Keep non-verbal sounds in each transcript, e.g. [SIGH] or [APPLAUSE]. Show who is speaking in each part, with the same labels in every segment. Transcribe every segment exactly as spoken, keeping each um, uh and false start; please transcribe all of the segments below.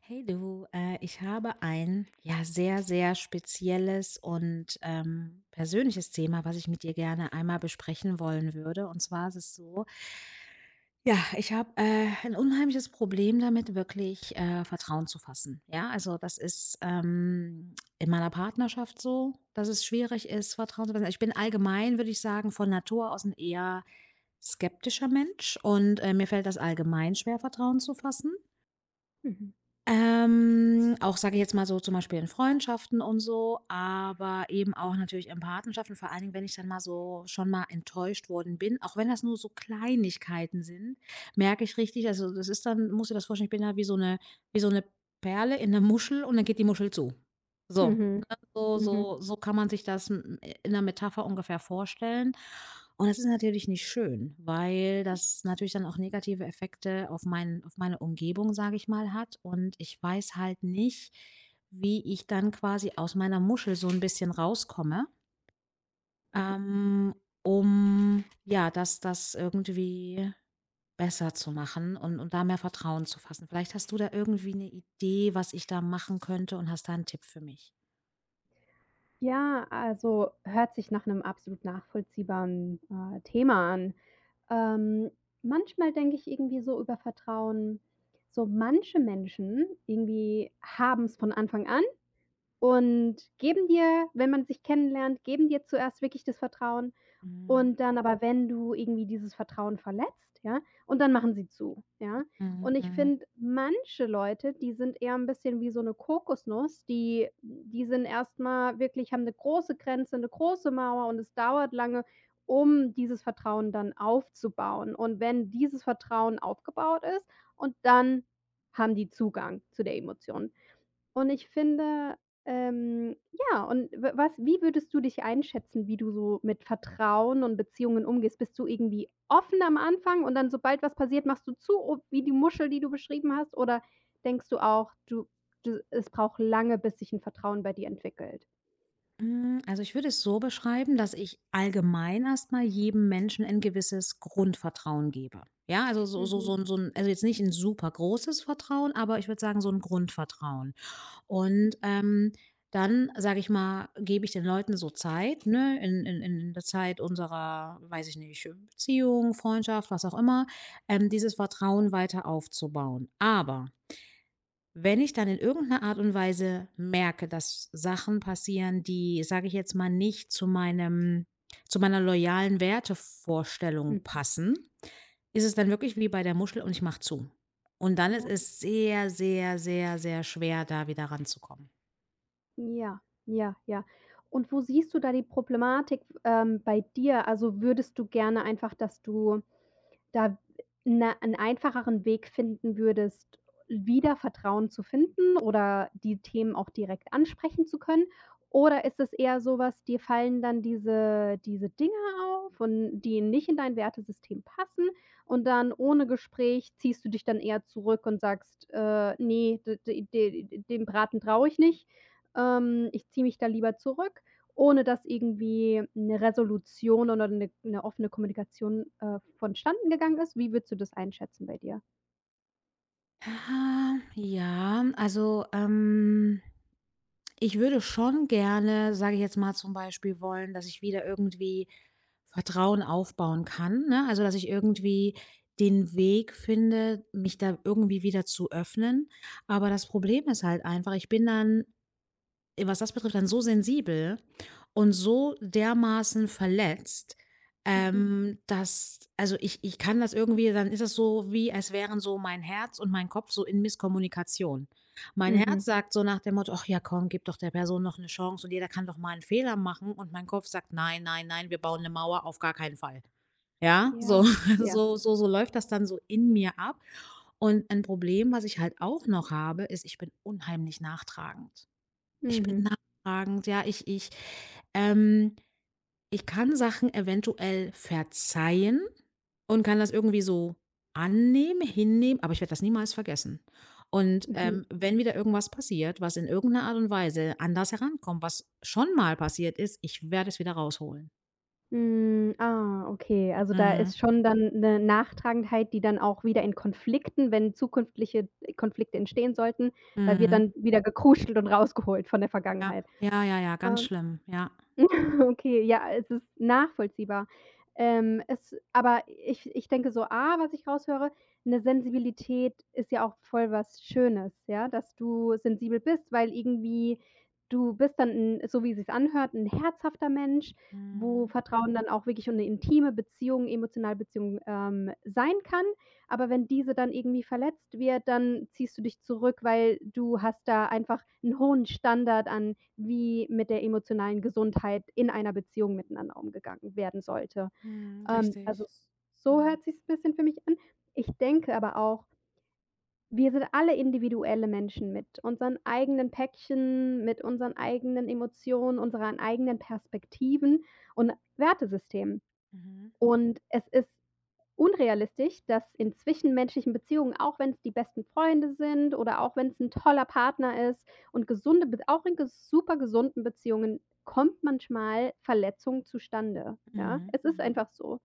Speaker 1: Hey du, äh, ich habe ein ja sehr, sehr spezielles und ähm, persönliches Thema, was ich mit dir gerne einmal besprechen wollen würde. Und zwar ist es so, ja, ich habe äh, ein unheimliches Problem damit, wirklich äh, Vertrauen zu fassen. Ja, also das ist ähm, in meiner Partnerschaft so, dass es schwierig ist, Vertrauen zu fassen. Ich bin allgemein, würde ich sagen, von Natur aus ein eher skeptischer Mensch und äh, mir fällt das allgemein schwer, Vertrauen zu fassen.
Speaker 2: Mhm.
Speaker 1: Ähm, auch sage ich jetzt mal so zum Beispiel in Freundschaften und so, aber eben auch natürlich in Partnerschaften, vor allen Dingen, wenn ich dann mal so schon mal enttäuscht worden bin, auch wenn das nur so Kleinigkeiten sind, merke ich richtig, also das ist dann, muss du das vorstellen, ich bin da wie so eine wie so eine Perle in 'ner Muschel und dann geht die Muschel zu. So.
Speaker 2: Mhm.
Speaker 1: So
Speaker 2: Mhm.
Speaker 1: so so kann man sich das m äh, in der Metapher ungefähr vorstellen. Und das ist natürlich nicht schön, weil das natürlich dann auch negative Effekte auf mein auf meine Umgebung, sage ich mal, hat. Und ich weiß halt nicht, wie ich dann quasi aus meiner Muschel so ein bisschen rauskomme, ähm, um, ja, das das irgendwie besser zu machen und und da mehr Vertrauen zu fassen. Vielleicht hast du da irgendwie eine Idee, was ich da machen könnte und hast da einen Tipp für mich?
Speaker 2: Ja, also hört sich nach einem absolut nachvollziehbaren, äh, Thema an. Ähm, Manchmal denke ich irgendwie so über Vertrauen, so manche Menschen irgendwie haben es von Anfang an und geben dir, wenn man sich kennenlernt, geben dir zuerst wirklich das Vertrauen.
Speaker 1: Mhm.
Speaker 2: Und dann aber, wenn du irgendwie dieses Vertrauen verletzt, ja, und dann machen sie zu, ja?
Speaker 1: Mhm.
Speaker 2: Und ich
Speaker 1: Mhm.
Speaker 2: finde, manche Leute, die sind eher ein bisschen wie so eine Kokosnuss, die die sind erstmal wirklich, haben eine große Grenze, eine große Mauer, und es dauert lange, um dieses Vertrauen dann aufzubauen. Und wenn dieses Vertrauen aufgebaut ist, und dann haben die Zugang zu der Emotion. Und ich finde, ähm ja, und w was wie würdest du dich einschätzen, wie du so mit Vertrauen und Beziehungen umgehst? Bist du irgendwie offen am Anfang und dann, sobald was passiert, machst du zu, o wie die Muschel, die du beschrieben hast? Oder denkst du auch, du du es braucht lange, bis sich ein Vertrauen bei dir entwickelt?
Speaker 1: Hm, also, ich würde es so beschreiben, dass ich allgemein erstmal jedem Menschen ein gewisses Grundvertrauen gebe. Ja, also, so so
Speaker 2: Mhm,
Speaker 1: so ein so 'n also, jetzt nicht ein super großes Vertrauen, aber ich würde sagen, so ein Grundvertrauen.
Speaker 2: mhm.
Speaker 1: Und, ähm, dann, sage ich mal, gebe ich den Leuten so Zeit, ne, in in in der Zeit unserer, weiß ich nicht, Beziehung, Freundschaft, was auch immer, ähm, dieses Vertrauen weiter aufzubauen. Aber wenn ich dann in irgendeiner Art und Weise merke, dass Sachen passieren, die, sage ich jetzt mal, nicht zu meinem zu meiner loyalen Wertevorstellung
Speaker 2: Mhm.
Speaker 1: passen, ist es dann wirklich wie bei der Muschel und ich mache zu. Und dann ist
Speaker 2: Ja,
Speaker 1: es sehr, sehr, sehr, sehr schwer, da wieder ranzukommen.
Speaker 2: ja, ja, ja. Und wo siehst du da die Problematik, ähm, bei dir? Also, würdest du gerne einfach, dass du da 'ne 'n einfacheren Weg finden würdest, wieder Vertrauen zu finden oder die Themen auch direkt ansprechen zu können? Oder ist es eher so was, dir fallen dann diese diese Dinge auf, und die nicht in dein Wertesystem passen, und dann ohne Gespräch ziehst du dich dann eher zurück und sagst: „Äh, ne, d d de dem Braten traue ich nicht. Ähm, ich ziehe mich da lieber zurück.“, ohne dass irgendwie 'ne Resolution oder 'ne 'ne offene Kommunikation, äh, vonstanden gegangen ist. Wie würdest du das einschätzen bei dir?
Speaker 1: Ah, ja, also, ähm, ich würde schon gerne, sage ich jetzt mal zum Beispiel wollen, dass ich wieder irgendwie Vertrauen aufbauen kann, ne? Also, dass ich irgendwie den Weg finde, mich da irgendwie wieder zu öffnen. Aber das Problem ist halt einfach, ich bin dann was das betrifft, dann so sensibel und so dermaßen verletzt,
Speaker 2: Mhm.
Speaker 1: ähm, dass, also ich, ich kann das irgendwie, dann ist das so, wie als wären so mein Herz und mein Kopf so in Misskommunikation. Mein Herz
Speaker 2: Mhm.
Speaker 1: sagt so nach dem Motto, ach ja, komm, gib doch der Person noch eine Chance und jeder kann doch mal einen Fehler machen. Und mein Kopf sagt, nein, nein, nein, wir bauen eine Mauer auf gar keinen Fall. Ja, so,
Speaker 2: Ja,
Speaker 1: [LAUGHS]
Speaker 2: ja.
Speaker 1: so, so, so läuft das dann so in mir ab. Und ein Problem, was ich halt auch noch habe, ist, ich bin unheimlich nachtragend. Ich bin
Speaker 2: Mhm.
Speaker 1: nachtragend, ja, ich ich, ähm ich kann Sachen eventuell verzeihen und kann das irgendwie so annehmen, hinnehmen, aber ich werde das niemals vergessen. Und,
Speaker 2: Mhm.
Speaker 1: ähm, wenn wieder irgendwas passiert, was in irgendeiner Art und Weise anders herankommt, was schon mal passiert ist, ich werde es wieder rausholen.
Speaker 2: Hm, ah, okay. Also, da
Speaker 1: Mhm,
Speaker 2: ist schon dann 'ne Nachtragendheit, die dann auch wieder in Konflikten, wenn zukünftige Konflikte entstehen sollten, da wird
Speaker 1: mhm.
Speaker 2: dann wieder gekruschelt und rausgeholt von der
Speaker 1: Ja,
Speaker 2: Vergangenheit.
Speaker 1: ja, ja, ja,
Speaker 2: Ah.
Speaker 1: ganz schlimm, ja.
Speaker 2: [LAUGHS] Okay, ja, es ist nachvollziehbar. Ähm, es aber ich ich denke so, ah, was ich raushöre, eine Sensibilität ist ja auch voll was Schönes, ja, dass du sensibel bist, weil irgendwie du bist dann 'n, so wie es sich anhört, ein herzhafter Mensch, wo
Speaker 1: Mhm,
Speaker 2: Vertrauen dann auch wirklich und 'ne intime Beziehung, emotionale Beziehung, ähm, sein kann. Aber wenn diese dann irgendwie verletzt wird, dann ziehst du dich zurück, weil du hast da einfach 'n hohen Standard an, wie mit der emotionalen Gesundheit in einer Beziehung miteinander umgegangen werden sollte.
Speaker 1: mhm,
Speaker 2: Ähm, also,
Speaker 1: richtig.
Speaker 2: s so
Speaker 1: Mhm,
Speaker 2: hört sich's bisschen für mich an. Ich denke aber auch, wir sind alle individuelle Menschen mit unseren eigenen Päckchen, mit unseren eigenen Emotionen, unseren eigenen Perspektiven und Wertesystemen.
Speaker 1: mhm,
Speaker 2: Und es ist unrealistisch, dass in zwischenmenschlichen Beziehungen, auch wenn es die besten Freunde sind oder auch wenn es ein toller Partner ist und gesunde Be auch in ges super gesunden Beziehungen, kommt manchmal Verletzung zustande, ja?
Speaker 1: mhm,
Speaker 2: Es ist
Speaker 1: mhm,
Speaker 2: einfach so,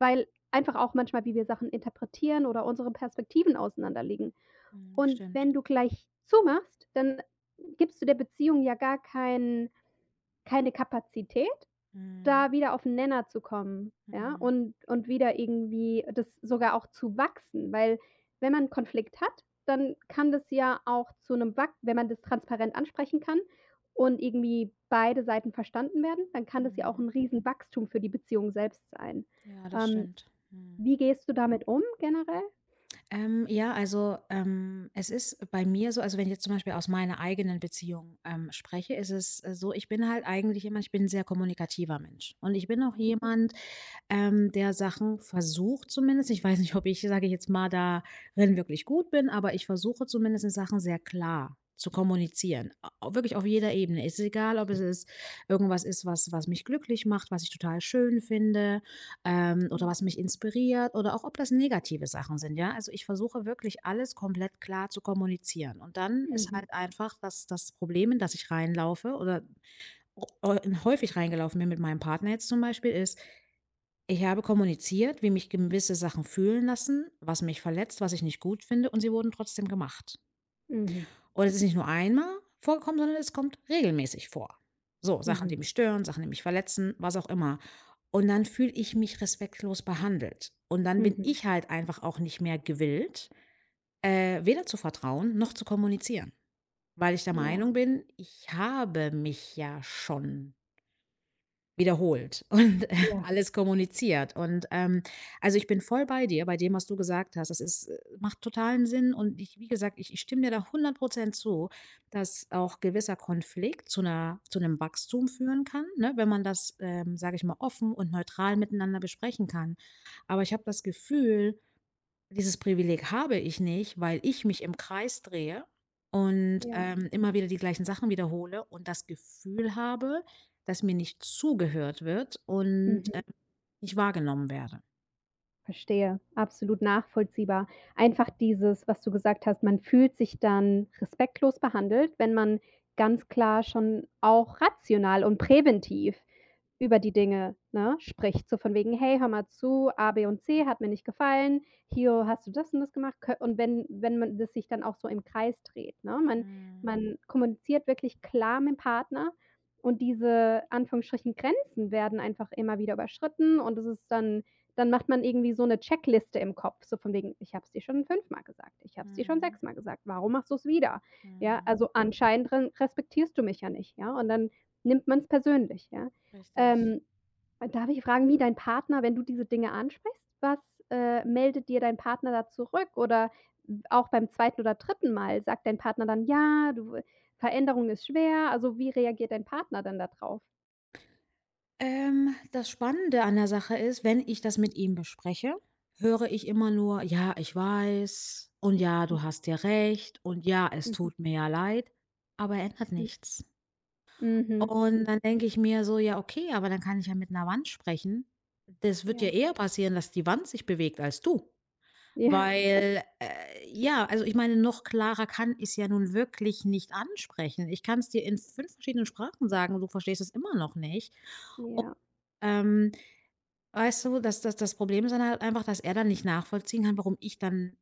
Speaker 2: weil einfach auch manchmal, wie wir Sachen interpretieren oder unsere Perspektiven auseinanderliegen.
Speaker 1: mhm,
Speaker 2: Und
Speaker 1: stimmt.
Speaker 2: wenn du gleich zumachst, dann gibst du der Beziehung ja gar kein keine Kapazität,
Speaker 1: Mhm,
Speaker 2: da wieder auf 'n Nenner zu kommen, ja,
Speaker 1: mhm.
Speaker 2: und und wieder irgendwie das sogar auch zu wachsen, weil wenn man 'n Konflikt hat, dann kann das ja auch zu 'nem Wach, wenn man das transparent ansprechen kann und irgendwie beide Seiten verstanden werden, dann kann das ja auch
Speaker 1: Mhm.
Speaker 2: 'n Riesenwachstum für die Beziehung selbst sein.
Speaker 1: Ja, das
Speaker 2: Ähm,
Speaker 1: stimmt. Mhm.
Speaker 2: wie gehst du damit um generell?
Speaker 1: Ähm, ja, also ähm, es ist bei mir so, also wenn ich jetzt zum Beispiel aus meiner eigenen Beziehung ähm, spreche, ist es äh, so, ich bin halt eigentlich jemand, ich bin ein sehr kommunikativer Mensch. Und ich bin auch
Speaker 2: Mhm,
Speaker 1: jemand, ähm, der Sachen versucht zumindest ich weiß nicht, ob ich, sage ich jetzt mal, darin wirklich gut bin, aber ich versuche zumindest Sachen sehr klar zu kommunizieren. A Wirklich auf jeder Ebene. Ist egal, ob es ist irgendwas ist, was was mich glücklich macht, was ich total schön finde, ähm, oder was mich inspiriert oder auch ob das negative Sachen sind, ja? Also, ich versuche wirklich alles komplett klar zu kommunizieren. Und dann ist
Speaker 2: mhm,
Speaker 1: halt einfach das das Problem, in das ich reinlaufe oder o o- häufig reingelaufen bin mit meinem Partner jetzt zum Beispiel, ist, ich habe kommuniziert, wie mich gewisse Sachen fühlen lassen, was mich verletzt, was ich nicht gut finde, und sie wurden trotzdem gemacht.
Speaker 2: mhm,
Speaker 1: Und es ist nicht nur einmal vorgekommen, sondern es kommt regelmäßig vor. So, Sachen,
Speaker 2: mhm,
Speaker 1: die mich stören, Sachen, die mich verletzen, was auch immer. Und dann fühle ich mich respektlos behandelt. Und dann
Speaker 2: mhm,
Speaker 1: bin
Speaker 2: mhm.
Speaker 1: ich halt einfach auch nicht mehr gewillt, äh, weder zu vertrauen noch zu kommunizieren, weil ich der
Speaker 2: Ja,
Speaker 1: Meinung bin, ich habe mich ja schon wiederholt und [LAUGHS]
Speaker 2: ja,
Speaker 1: alles kommuniziert und, ähm, also, ich bin voll bei dir, bei dem, was du gesagt hast. Das ist äh, macht totalen Sinn und ich wie gesagt, ich ich stimme dir da hundert zu, dass auch gewisser Konflikt zu einer zu einem Wachstum führen kann, ne, wenn man das, ähm, sage ich mal, offen und neutral miteinander besprechen kann. Aber ich habe das Gefühl, dieses Privileg habe ich nicht, weil ich mich im Kreis drehe und,
Speaker 2: ja.
Speaker 1: ähm, immer wieder die gleichen Sachen wiederhole und das Gefühl habe, dass mir nicht zugehört wird und, ähm,
Speaker 2: Mhm.
Speaker 1: nicht wahrgenommen werde.
Speaker 2: Verstehe, absolut nachvollziehbar. Einfach dieses, was du gesagt hast, man fühlt sich dann respektlos behandelt, wenn man ganz klar schon auch rational und präventiv über die Dinge, ne, spricht, so von wegen: „Hey, hör mal zu, A, B und C hat mir nicht gefallen. Hier hast du das und das gemacht.“ Kö und wenn wenn man das sich dann auch so im Kreis dreht, ne? Man
Speaker 1: Mhm,
Speaker 2: man kommuniziert wirklich klar mit'm Partner, und diese Anführungsstrichen Grenzen werden einfach immer wieder überschritten, und es ist dann, dann macht man irgendwie so eine Checkliste im Kopf, so von wegen: „Ich habe es dir schon fünfmal gesagt. Ich habe es dir schon
Speaker 1: mhm,
Speaker 2: sechsmal gesagt. Warum machst du es wieder? Ja,
Speaker 1: mhm.
Speaker 2: also anscheinend ren respektierst du mich ja nicht“, ja? Und dann nimmt man es persönlich, ja?
Speaker 1: Richtig.
Speaker 2: Ähm, darf ich fragen, wie dein Partner, wenn du diese Dinge ansprichst, was, äh, meldet dir dein Partner da zurück? Oder auch beim zweiten oder dritten Mal sagt dein Partner dann: „Ja, du, Veränderung ist schwer.“ Also, wie reagiert dein Partner dann da drauf?
Speaker 1: Ähm, das Spannende an der Sache ist, wenn ich das mit ihm bespreche, höre ich immer nur: „Ja, ich weiß" und „Ja, du hast ja recht" und „Ja,
Speaker 2: Hm,
Speaker 1: es
Speaker 2: mhm,
Speaker 1: tut mir ja leid", aber er ändert
Speaker 2: hm,
Speaker 1: nichts.
Speaker 2: mhm,
Speaker 1: Und
Speaker 2: mhm.
Speaker 1: dann denke ich mir so: „Ja, okay, aber dann kann ich ja mit einer Wand sprechen." Das wird ja
Speaker 2: Ja,
Speaker 1: eher passieren, dass die Wand sich bewegt als du,
Speaker 2: [LAUGHS] ja,
Speaker 1: weil, äh ja, also, ich meine, noch klarer kann ich's ja nun wirklich nicht ansprechen. Ich kann es dir in fünf verschiedenen Sprachen sagen und du verstehst es immer noch nicht.
Speaker 2: ja.
Speaker 1: Ähm, Weißt du, dass das das Problem ist dann halt einfach, dass er dann nicht nachvollziehen kann, warum ich dann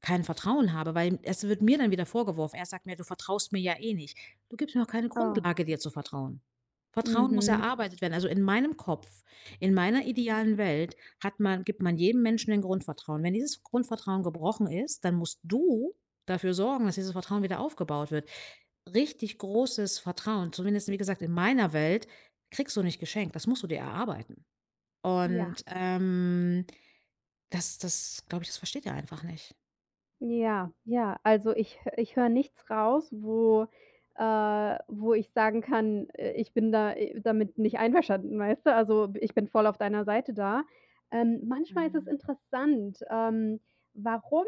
Speaker 1: kein Vertrauen habe, weil es wird mir dann wieder vorgeworfen. Er sagt mir: „Du vertraust mir ja eh nicht. Du gibst mir auch keine
Speaker 2: Oh,
Speaker 1: Grundlage, dir zu vertrauen." Vertrauen muss
Speaker 2: mhm.
Speaker 1: erarbeitet werden. Also, in meinem Kopf, in meiner idealen Welt hat man gibt man jedem Menschen 'nen Grundvertrauen. Wenn dieses Grundvertrauen gebrochen ist, dann musst du dafür sorgen, dass dieses Vertrauen wieder aufgebaut wird. Richtig großes Vertrauen, zumindest wie gesagt in meiner Welt, kriegst du nicht geschenkt. Das musst du dir erarbeiten. Und,
Speaker 2: Ja.
Speaker 1: ähm, das das glaube ich, das versteht er einfach nicht.
Speaker 2: Ja, ja, also ich hö ich höre nichts raus, wo äh, wo ich sagen kann, äh, ich bin da, äh, damit nicht einverstanden, weißt du? Also, ich bin voll auf deiner Seite da. Ähm, manchmal ist es
Speaker 1: Mhm.
Speaker 2: interessant, ähm, warum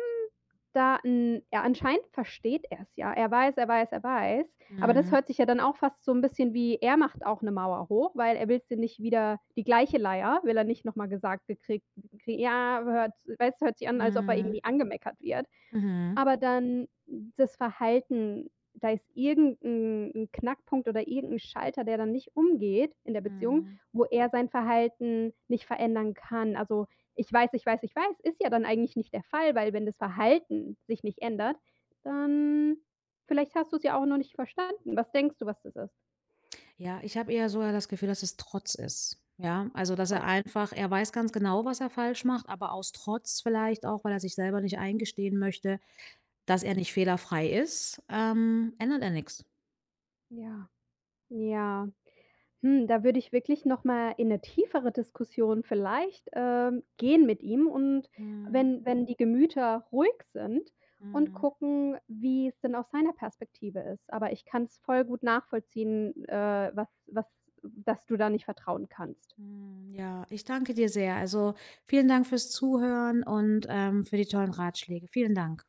Speaker 2: da 'n, ja, anscheinend versteht er es, ja. Er weiß, er weiß, er weiß, aber das
Speaker 1: Mhm.
Speaker 2: hört sich ja dann auch fast so ein bisschen, wie er macht auch eine Mauer hoch, weil er will's dir nicht, wieder die gleiche Leier will er nicht noch mal gesagt gekriegt gekrie- ja, hört, weißt du, hört sich an, als ob er
Speaker 1: Mhm.
Speaker 2: irgendwie angemeckert wird.
Speaker 1: Mhm.
Speaker 2: Aber dann das Verhalten, da ist irgend 'n 'n Knackpunkt oder irgend 'n Schalter, der dann nicht umgeht in der Beziehung,
Speaker 1: Mhm.
Speaker 2: wo er sein Verhalten nicht verändern kann. Also, ich weiß, ich weiß, ich weiß, ist ja dann eigentlich nicht der Fall, weil wenn das Verhalten sich nicht ändert, dann vielleicht hast du's ja auch noch nicht verstanden. Was denkst du, was das ist?
Speaker 1: Ja, ich habe eher so ja das Gefühl, dass es Trotz ist. Ja, also, dass er
Speaker 2: Trotz,
Speaker 1: einfach er weiß ganz genau, was er falsch macht, aber aus Trotz vielleicht auch, weil er sich selber nicht eingestehen möchte, dass er nicht fehlerfrei ist, ähm, ändert er nichts.
Speaker 2: ja, ja. Hm, da würde ich wirklich noch mal in 'ne tiefere Diskussion vielleicht, ähm, gehen mit ihm und
Speaker 1: Mhm.
Speaker 2: wenn wenn die Gemüter ruhig sind und
Speaker 1: Mhm.
Speaker 2: gucken, wie es denn aus seiner Perspektive ist. Aber ich kann's voll gut nachvollziehen, äh, was was dass du da nicht vertrauen kannst.
Speaker 1: Mhm. Ja, ich danke dir sehr. Also, vielen Dank fürs Zuhören und, ähm, für die tollen Ratschläge. Vielen Dank.